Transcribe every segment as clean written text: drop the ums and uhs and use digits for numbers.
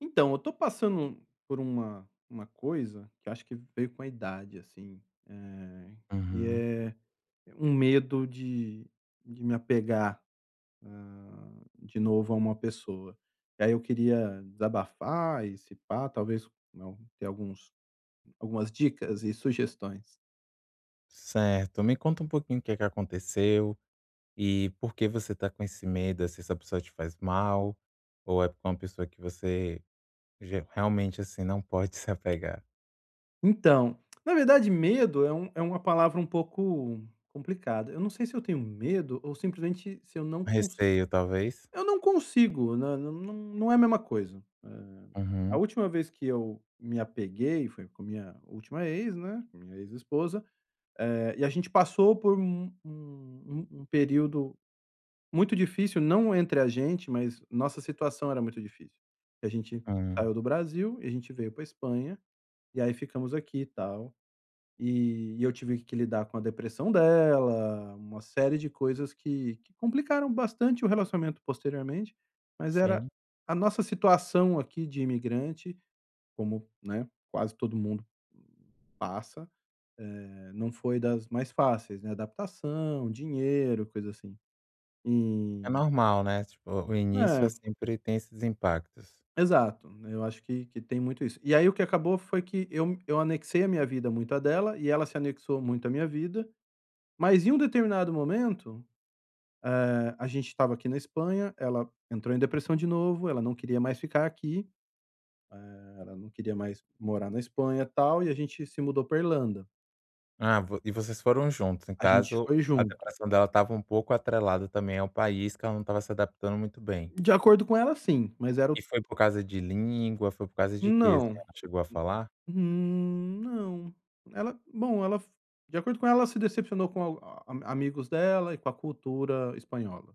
Então, eu tô passando por uma coisa que eu acho que veio com a idade, assim, eh, e Uhum. é um medo de me apegar, de novo a uma pessoa. E aí eu queria desabafar e se pá, talvez, não, ter alguns algumas dicas e sugestões. Certo. Me conta um pouquinho o que é que aconteceu e por que você tá com esse medo, assim, se essa pessoa te faz mal, ou é porque é uma pessoa que você realmente, assim, não pode se apegar. Então, na verdade medo é é uma palavra um pouco complicada. Eu não sei se eu tenho medo ou simplesmente se eu não cons Receio, talvez? eu não consigo, nã nã não, não é a mesma coisa. A Uhum. última vez que eu me apeguei foi com minha última ex, né, com minha ex-esposa, e a gente passou por um período muito difícil, não entre a gente, mas nossa situação era muito difícil. A gente Hum. saiu do Brasil e a gente veio pra Espanha, e aí ficamos aqui e tal. E eu tive que lidar com a depressão dela, uma série de coisas que complicaram bastante o relacionamento posteriormente, mas era Sim. a nossa situação aqui de imigrante, como, né, quase todo mundo passa, não foi das mais fáceis, né, adaptação, dinheiro, coisa assim. É E normal, né? Tipo, o início é, é sempre tem esses impactos. exato, eu acho que tem muito isso. E aí o que acabou foi que eu anexei a minha vida muito a dela e ela se anexou muito à minha vida, mas em um determinado momento a gente estava aqui na Espanha, ela entrou em depressão de novo, ela não queria mais ficar aqui, ela não queria mais morar na Espanha, e tal, e a gente se mudou para Irlanda. Ah, e vocês foram juntos. No A gente caso, foi a junto. depressão dela estava um pouco atrelada também ao país, que ela não estava se adaptando muito bem. De acordo com ela, sim, mas era E o foi por causa de língua, foi por causa de quê, assim, não, ela chegou a falar? Não. Ela, de acordo com ela, ela se decepcionou com al a amigos dela e com a cultura espanhola.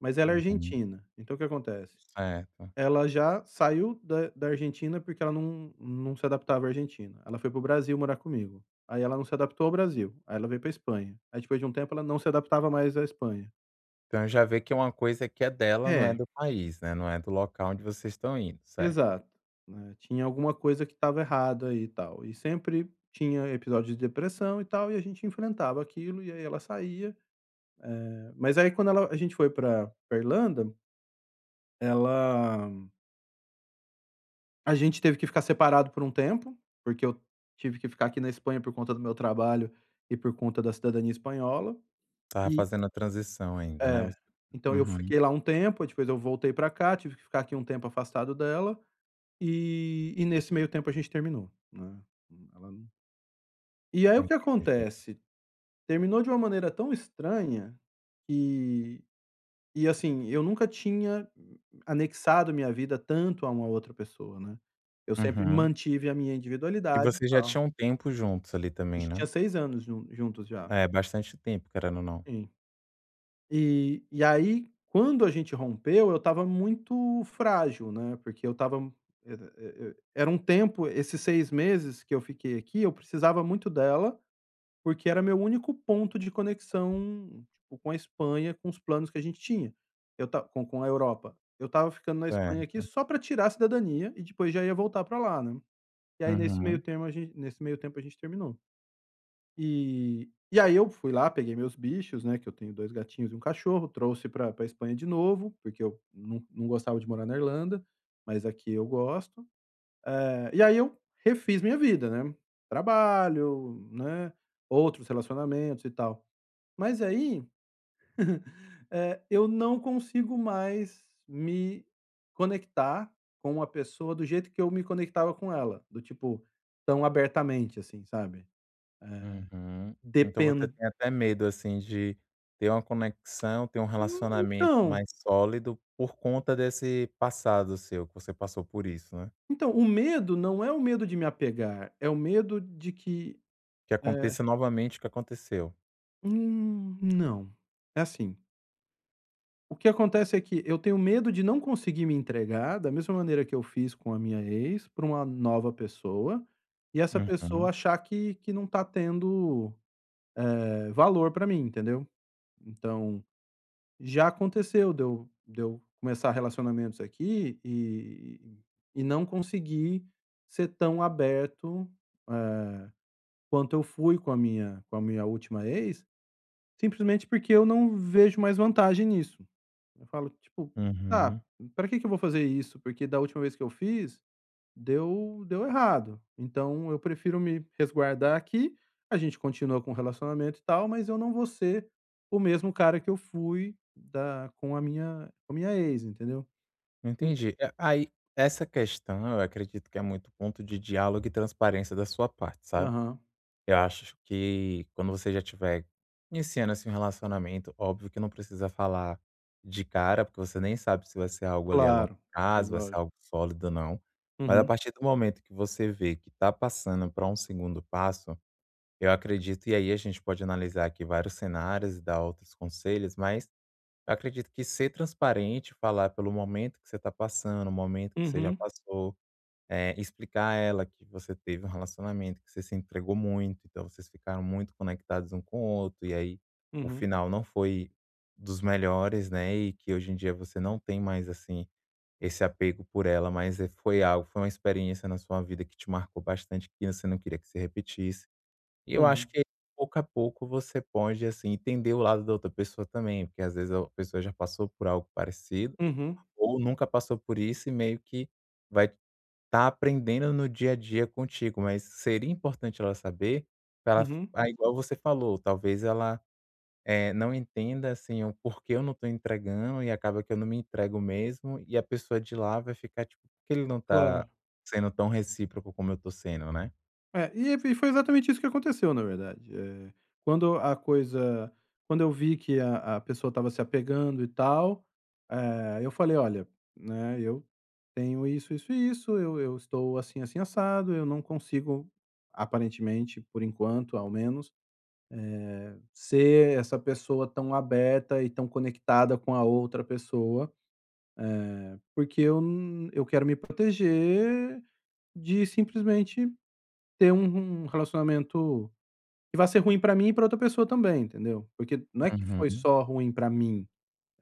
Mas ela é Uhum, argentina, então o que acontece? certo. Ela já saiu da Argentina, porque ela não se adaptava à Argentina. Ela foi para o Brasil morar comigo. Aí ela não se adaptou ao Brasil, aí ela veio para Espanha. Aí depois de um tempo ela não se adaptava mais à Espanha. Então já vê que é uma coisa que é dela, não é É, do país, né, não é do local onde vocês estão indo, certo. exato, né, tinha alguma coisa que estava errada aí e tal. E sempre tinha episódios de depressão e tal, e a gente enfrentava aquilo, e aí ela saía, mas aí quando ela a gente foi pra Irlanda, ela, a gente teve que ficar separado por um tempo, porque eu tive que ficar aqui na Espanha por conta do meu trabalho e por conta da cidadania espanhola. Estava E fazendo a transição ainda, né. é, Você então eu uhum, fiquei lá um tempo, depois eu voltei pra cá, tive que ficar aqui um tempo afastado dela, e nesse meio tempo a gente terminou, né. Ela não E aí o que entendi. acontece, terminou de uma maneira tão estranha e e assim, eu nunca tinha anexado minha vida tanto a uma outra pessoa, né. Eu sempre Uhum. mantive a minha E individualidade e vocês já tal. tinham um tempo juntos ali A também, gente né. tinha 6 anos juntos já. É, bastante tempo, querendo ou não. Sim. E aí, quando a gente rompeu, eu estava muito frágil, né, porque eu estava era e era um tempo, esses 6 meses que eu fiquei aqui, eu precisava muito dela, porque era meu único ponto de conexão, tipo, com a Espanha, com os planos que a gente tinha. Eu ta Com a Europa. Eu estava ficando na Espanha aqui Certo. só pra tirar a cidadania e depois já ia voltar pra lá, né. E aí nesse meio Uhum, termo a gente nesse meio tempo a gente terminou. E aí eu fui lá, peguei meus bichos, né, que eu tenho 2 gatinhos e um cachorro, trouxe pra Espanha de novo, porque eu não gostava de morar na Irlanda, mas aqui eu gosto. E aí eu refiz minha vida, né, trabalho, né, outros relacionamentos e tal. Mas aí, eu não consigo mais me conectar com uma pessoa do jeito que eu me conectava com ela, do tipo, tão abertamente, assim, sabe? Eh, uhum. Então você depend tem até medo, assim, de ter uma conexão, ter um relacionamento então mais sólido por conta desse passado seu, que você passou por isso, né. então, o medo não é o medo de me apegar, é o medo de que, Que eh aconteça novamente o que aconteceu. Não. É assim, o que acontece é que eu tenho medo de não conseguir me entregar da mesma maneira que eu fiz com a minha ex, para uma nova pessoa, e essa Uhum, pessoa achar que não tá tendo, valor para mim, entendeu? Então já aconteceu de eu começar relacionamentos aqui e não conseguir ser tão aberto, eh, quanto eu fui com a minha última ex, simplesmente porque eu não vejo mais vantagem nisso. Eu falo, tipo: "Ah, uhum. para que que eu vou fazer isso? Porque da última vez que eu fiz, deu errado, então eu prefiro me resguardar aqui, a gente continua com o relacionamento e tal, mas eu não vou ser o mesmo cara que eu fui da com a minha ex, entendeu. En Entendi. Aí, essa questão eu acredito que é muito ponto de diálogo e transparência da sua parte, sabe. Aham. Eu acho que quando você já tiver iniciando, assim, um relacionamento, óbvio que não precisa falar de cara, porque você nem sabe se vai ser algo ali a longo Claro. Sim, prazo, vai ser lógico. algo sólido ou não. Mas a Uhum. partir do momento que você vê que está passando para um segundo passo, eu acredito e aí a gente pode analisar aqui vários cenários e dar outros conselhos, mas eu acredito que ser transparente, falar pelo momento que você está passando, o momento que você já Uhum. passou, explicar a ela que você teve um relacionamento, que você se entregou muito, então vocês ficaram muito conectados um com o outro, e aí o Uhum. final não foi dos melhores, né, e que hoje em dia você não tem mais, assim, esse apego por ela, mas, foi uma experiência na sua vida que te marcou bastante, que você não queria que se repetisse. E eu acho Uhum. que pouco a pouco você pode, assim, entender o lado da outra pessoa também, porque às vezes a pessoa já passou por algo parecido Uhum. ou nunca passou por isso e meio que vai estar aprendendo no dia a dia contigo, mas seria importante ela saber pra ela Uhum. Igual você falou, talvez ela, não entenda, assim, o porquê eu não estou entregando e acaba que eu não me entrego mesmo e a pessoa de lá vai ficar, tipo: "Por que ele não Claro. tá sendo tão recíproco como eu tô sendo, né?" É, e foi exatamente isso que aconteceu, na verdade. Quando a coisa Quando eu vi que a pessoa estava se apegando e tal, eu falei: "Olha, né, eu tenho isso, isso e isso, eu estou assim, assim, assado, eu não consigo, aparentemente, por enquanto, ao menos, ser essa pessoa tão aberta e tão conectada com a outra pessoa, porque eu quero me proteger de simplesmente ter um relacionamento e vai ser ruim pra mim e pra outra pessoa também, entendeu? Porque não é que foi Uhum. só ruim pra mim,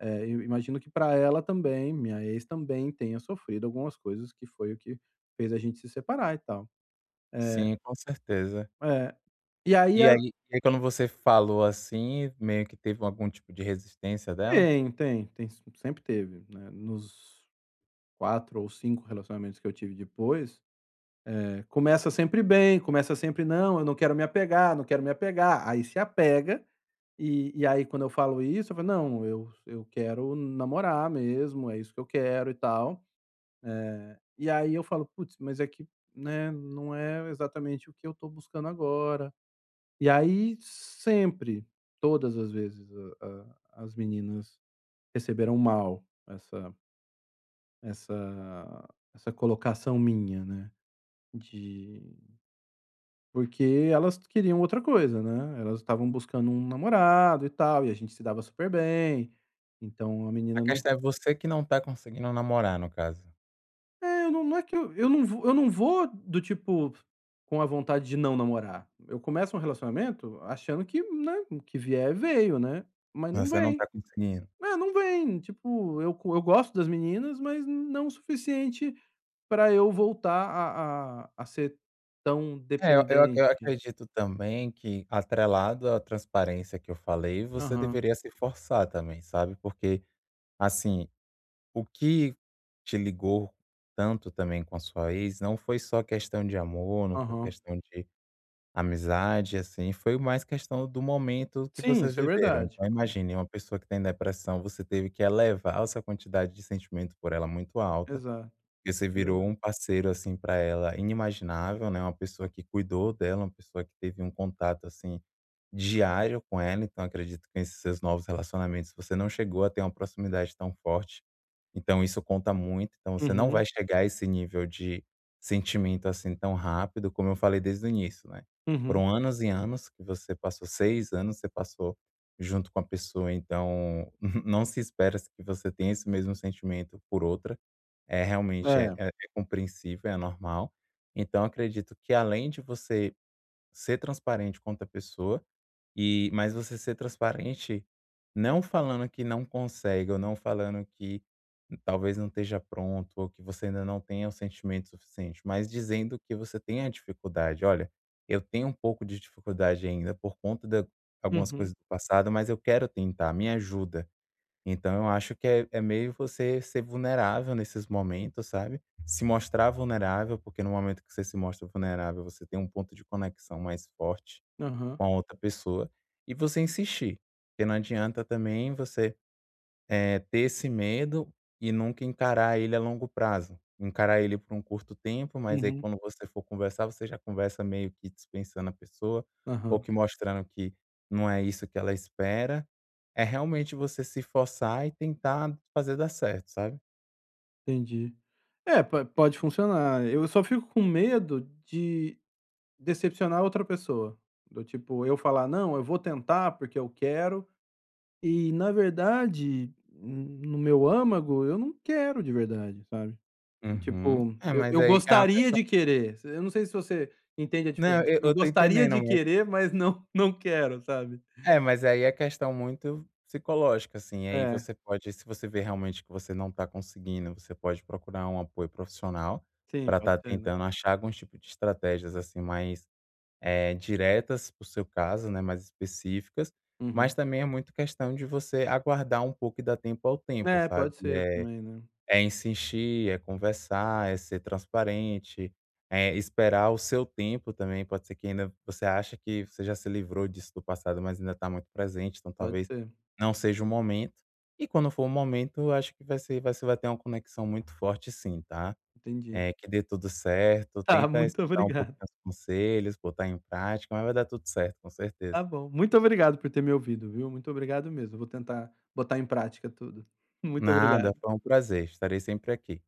eu imagino que pra ela também, minha ex também tenha sofrido algumas coisas que foi o que fez a gente se separar e tal. É, Sim, com certeza. é. E aí E a aí e aí quando você falou assim, meio que teve algum tipo de resistência dela? Tem, tem, tem, sempre teve, né, nos 4 ou 5 relacionamentos que eu tive depois, começa sempre bem, começa sempre: "Não, eu não quero me apegar, não quero me apegar", aí se apega. E aí quando eu falo isso, eu falo: "Não, eu quero namorar mesmo, é isso que eu quero e tal". E aí eu falo: "Putz, mas é que, né, não é exatamente o que eu estou buscando agora". E aí sempre, todas as vezes, a a as meninas receberam mal essa essa colocação minha, né, de porque elas queriam outra coisa, né, elas estavam buscando um namorado e tal, e a gente se dava super bem, então a A menina não. questão é você que não tá conseguindo namorar, no caso. É, eu não, não é que eu não vou do tipo, com a vontade de não namorar. Eu começo um relacionamento achando que, né, o que vier veio, né, mas não Você não tá vem. conseguindo. É, não vem, tipo, eu gosto das meninas, mas não o suficiente pra eu voltar a ser tão É, eu dependente. acredito também que atrelado à transparência que eu falei, você Aham, deveria se forçar também, sabe, porque, assim, o que te ligou tanto também com a sua ex não foi só questão de amor, não foi aham. questão de amizade, assim, foi mais questão do momento que Sim, vocês isso é viveram. verdade. Então imagine uma pessoa que tem depressão, você teve que elevar essa quantidade de sentimento por ela muito É, alta, exato, e você é virou verdade. um parceiro, assim, para ela inimaginável, né, uma pessoa que cuidou dela, uma pessoa que teve um contato, assim, diário com ela, então acredito que esses seus novos relacionamentos você não chegou a ter uma proximidade tão forte. Então isso conta muito, então você não Uhum, vai chegar a esse nível de sentimento, assim, tão rápido, como eu falei desde o início, né. uhum. Foram anos e anos que você passou 6 anos, você passou junto com a pessoa, então não se espera que você tenha esse mesmo sentimento por outra. É realmente é É. é é compreensível, é normal. Então acredito que além de você ser transparente com outra pessoa mas você ser transparente, não falando que não consegue ou não falando que talvez não esteja pronto ou que você ainda não tenha o sentimento suficiente, mas dizendo que você tem a dificuldade. Olha, eu tenho um pouco de dificuldade ainda por conta de algumas coisas Uhum, do passado, mas eu quero tentar, me ajuda. Então eu acho que é meio você ser vulnerável nesses momentos, sabe? Se mostrar vulnerável, porque no momento que você se mostra vulnerável, você tem um ponto de conexão mais forte aham, com a outra pessoa e você insistir, porque não adianta também você, ter esse medo e nunca encarar ele a longo prazo. Encarar ele por um curto tempo, mas aí uhum, quando você for conversar, você já conversa meio que dispensando a pessoa ou aham. que mostrando que não é isso que ela espera. É realmente você se forçar e tentar fazer dar certo, sabe. Entendi. É, po pode funcionar. Eu só fico com medo de decepcionar outra pessoa, do tipo, eu falar: "Não, eu vou tentar porque eu quero", e na verdade, n- no meu âmago, eu não quero de verdade, sabe. Uhum. Tipo, É, mas eu aí é uma gostaria questão. de querer, eu não sei se você entende a Não, diferença, eu tipo, eu eu tô gostaria entendendo. de querer, mas não não quero, sabe. É, mas aí é questão muito psicológica, assim, aí É, você pode se você vê realmente que você não está conseguindo, você pode procurar um apoio profissional sim, para pode estar ser, né. tentando achar algum tipo de estratégias, assim, mais, diretas para o seu caso, né, mais específicas, mas Uhum. também é muito questão de você aguardar um pouco e dar tempo ao tempo, É, sabe, pode ser também, né. é insistir, é conversar, é ser transparente, é esperar o seu tempo também. Pode ser que ainda você acha que você já se livrou disso do passado, mas ainda está muito presente, então Pode talvez ser, não seja o momento. E quando for o momento, eu acho que vai ser vai você vai ter uma conexão muito forte sim, tá. entendi. Que dê tudo certo, Tá, tenta muito escutar um pouquinho obrigado. os conselhos, botar em prática, mas vai dar tudo certo, com certeza. Tá bom. Muito obrigado por ter me ouvido, viu. Muito obrigado mesmo. Vou tentar botar em prática tudo. Muito Nada, obrigado. foi um prazer, estarei sempre aqui.